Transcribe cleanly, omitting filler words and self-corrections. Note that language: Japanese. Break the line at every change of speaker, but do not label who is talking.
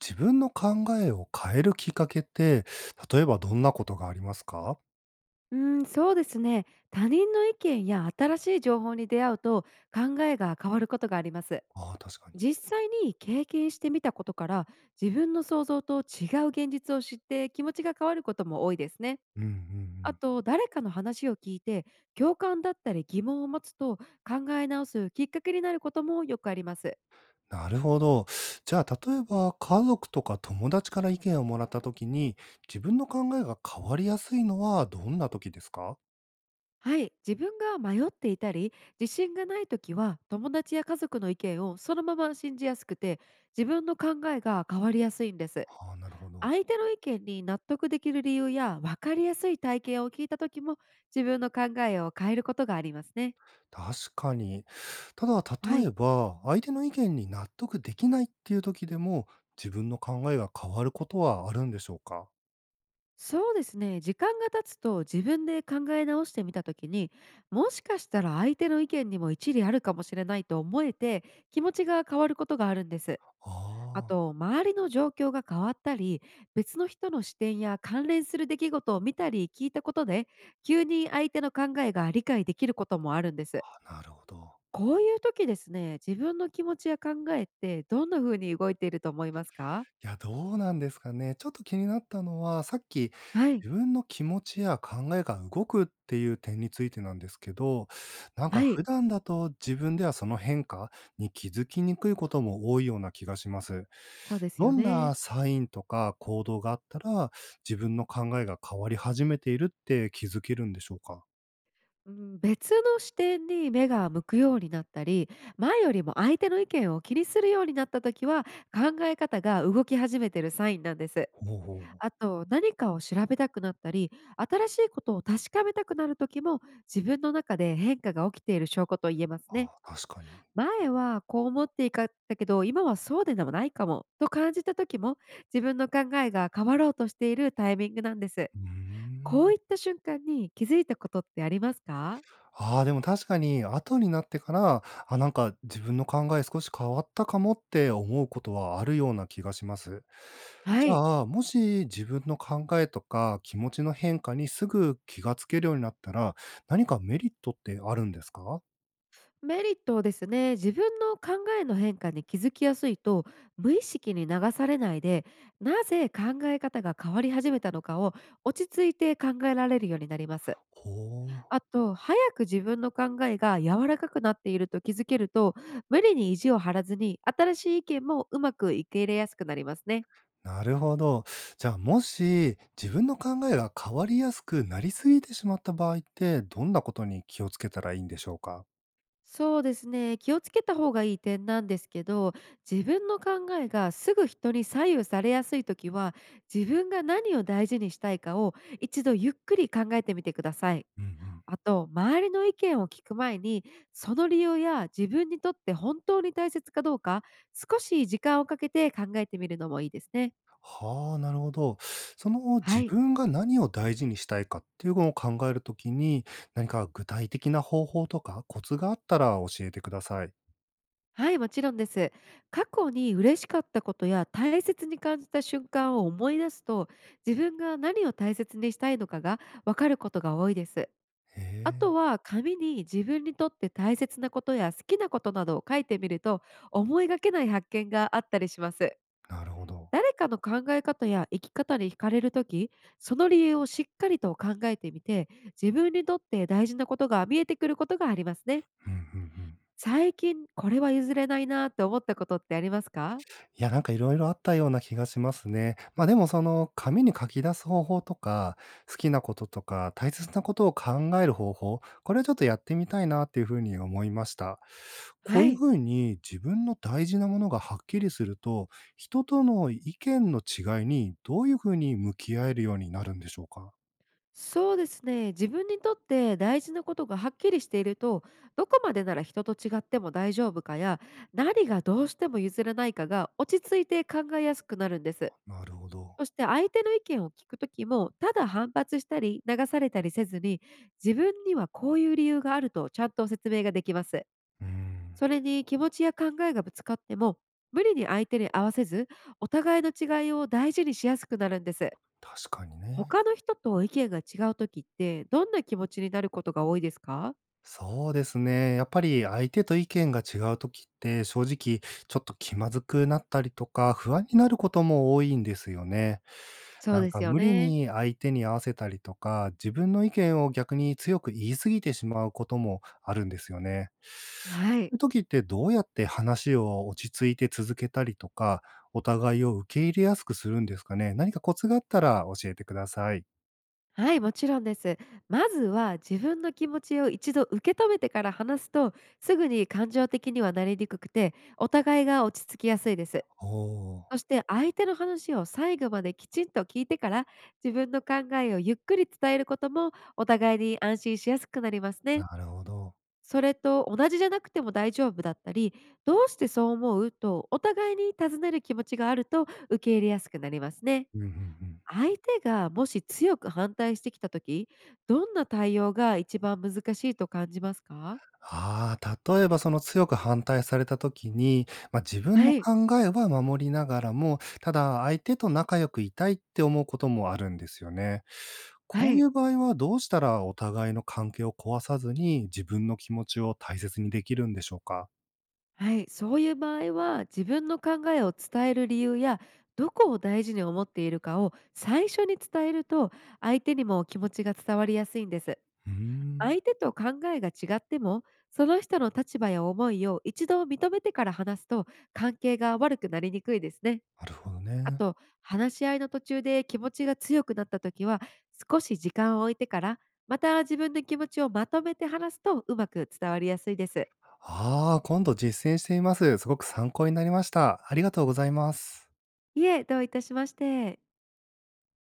自分の考えを変えるきっかけって、例えばどんなことがありますか？
うーん、そうですね。他人の意見や新しい情報に出会うと考えが変わることがあります。
ああ、確かに。
実際に経験してみたことから自分の想像と違う現実を知って気持ちが変わることも多いですね。
うんうんう
あ
ん。
と誰かの話を聞いて共感だったり疑問を持つと考え直すきっかけになることもよくあります。
なるほど。じゃあ、例えば家族とか友達から意見をもらった時に、自分の考えが変わりやすいのはどんな時ですか？
はい、自分が迷っていたり自信がない時は友達や家族の意見をそのまま信じやすくて自分の考えが変わりやすいんです。
ああ、なるほど。
相手の意見に納得できる理由や分かりやすい体験を聞いた時も自分の考えを変えることがありますね。
確かに。ただ、
は
例え
い。
ば、相手の意見に納得できないっていう時でも、自分の考えが変わることはあるんでしょうか？
そうですね、時間が経つと自分で考え直してみた時に、もしかしたら相手の意見にも一理あるかもしれないと思えて、気持ちが変わることがあるんです。あ
あ
と、周りの状況が変わったり、別の人の視点や関連する出来事を見たり聞いたことで、急に相手の考えが理解できることもあるんです。
あ、なるほど。
こういう時ですね、自分の気持ちや考えってどんな風に動いていると思いますか？
いや、どうなんですかね。ちょっと気になったのは、さっき
はい、
自分の気持ちや考えが動くっていう点についてなんですけど、
は
普
い、
段だと自分ではその変化に気づきにくいことも多いような気がします。
そうです
ど
よ
んな
ね。
サインとか行動があったら、自分の考えが変わり始めているって気づけるんでしょうか？
うん、別の視点に目が向くようになったり、前よりも相手の意見を気にするようになった時は、考え方が動き始めてるサインなんです。
ほうほう。
あと、何かを調べたくなったり、新しいことを確かめたくなる時も、自分の中で変化が起きている証拠と言えますね。
ああ、確かに。
前はこう思っていかったけど、今はそうでもないかもと感じた時も、自分の考えが変わろうとしているタイミングなんです。
うー
こ
ん。
ういった瞬間に気づいたことってありますか？
ああ、でも確かに後になってから、あ、自分の考え少し変わったかもって思うことはあるような気がします。
は
じ
い。
ゃあ、もし自分の考えとか気持ちの変化にすぐ気がつけるようになったら、何かメリットってあるんですか？
メリットですね、自分の考えの変化に気づきやすいと、無意識に流されないで、なぜ考え方が変わり始めたのかを落ち着いて考えられるようになります。
ほう、
あと、早く自分の考えが柔らかくなっていると気づけると、無理に意地を張らずに新しい意見もうまく受け入れやすくなりますね。
なるほど。じゃあ、もし自分の考えが変わりやすくなりすぎてしまった場合って、どんなことに気をつけたらいいんでしょうか？
そうですね。気をつけた方がいい点なんですけど、自分の考えがすぐ人に左右されやすい時は、自分が何を大事にしたいかを一度ゆっくり考えてみてください。
うんうん。
あと、周りの意見を聞く前に、その理由や自分にとって本当に大切かどうか、少し時間をかけて考えてみるのもいいですね。
はあ、なるほど。その
は
自
い。
分が何を大事にしたいかっていうのを考えるときに、何か具体的な方法とかコツがあったら教えてください。
はい、もちろんです。過去に嬉しかったことや大切に感じた瞬間を思い出すと、自分が何を大切にしたいのかがわかることが多いです。
へ
あ
え、
とは紙に自分にとって大切なことや好きなことなどを書いてみると、思いがけない発見があったりします。
なるほど。
誰かの考え方や生き方に惹かれるとき、その理由をしっかりと考えてみて、自分にとって大事なことが見えてくることがありますね。
うんうんうん。
最近、これは譲れないなって思ったことってありますか？
いや、いろいろあったような気がしますね。ま、でも紙に書き出す方法とか、好きなこととか、大切なことを考える方法、これはちょっとやってみたいなっていうふうに思いました。こ
は
ういうふ
い。
うに自分の大事なものがはっきりすると、人との意見の違いにどういうふうに向き合えるようになるんでしょうか？
そうですね、自分にとって大事なことがはっきりしていると、どこまでなら人と違っても大丈夫かや、何がどうしても譲れないかが落ち着いて考えやすくなるんです。
なるほど。
そして相手の意見を聞くときも、ただ反発したり流されたりせずに、自分にはこういう理由があるとちゃんと説明ができます。
うん、
それに気持ちや考えがぶつかっても、無理に相手に合わせず、お互いの違いを大事にしやすくなるんです。
確かにね。
他の人と意見が違う時って、どんな気持ちになることが多いですか？
そうですね。やっぱり相手と意見が違う時って、正直ちょっと気まずくなったりとか、不安になることも多いんですよね。
そうですよ
無理
ね。
に相手に合わせたりとか、自分の意見を逆に強く言い過ぎてしまうこともあるんですよね。こ
は
うい
い。
う時ってどうやって話を落ち着いて続けたりとか、お互いを受け入れやすくするんですかね。何かコツがあったら教えてください。
はい、もちろんです。まずは自分の気持ちを一度受け止めてから話すと、すぐに感情的にはなりにくくて、お互いが落ち着きやすいです。
おお、
そして相手の話を最後まできちんと聞いてから、自分の考えをゆっくり伝えることもお互いに安心しやすくなりますね。
なるほど。
それと同じじゃなくても大丈夫だったり、どうしてそう思うとお互いに尋ねる気持ちがあると受け入れやすくなりますね。
うんうんうん。
相手がもし強く反対してきたとき、どんな対応が一番難しいと感じますか？
ああ、例えばその強く反対された時に、まあ、自分
は
の
い、
考えは守りながらも、ただ相手と仲良くいたいって思うこともあるんですよね。
は
こうい
い。
う場合はどうしたらお互いの関係を壊さずに、自分の気持ちを大切にできるんでしょうか？
はい、そういう場合は自分の考えを伝える理由や、どこを大事に思っているかを最初に伝えると、相手にも気持ちが伝わりやすいんです。
うーん、
相手と考えが違っても、その人の立場や思いを一度認めてから話すと、関係が悪くなりにくいですね。
なるほど
あ
ね。
と、話し合いの途中で気持ちが強くなった時は、少し時間を置いてから、また自分の気持ちをまとめて話すとうまく伝わりやすいです。
ああ、今度実践してみます。すごく参考になりました。ありがとうございます。
いえ、どういたしまして。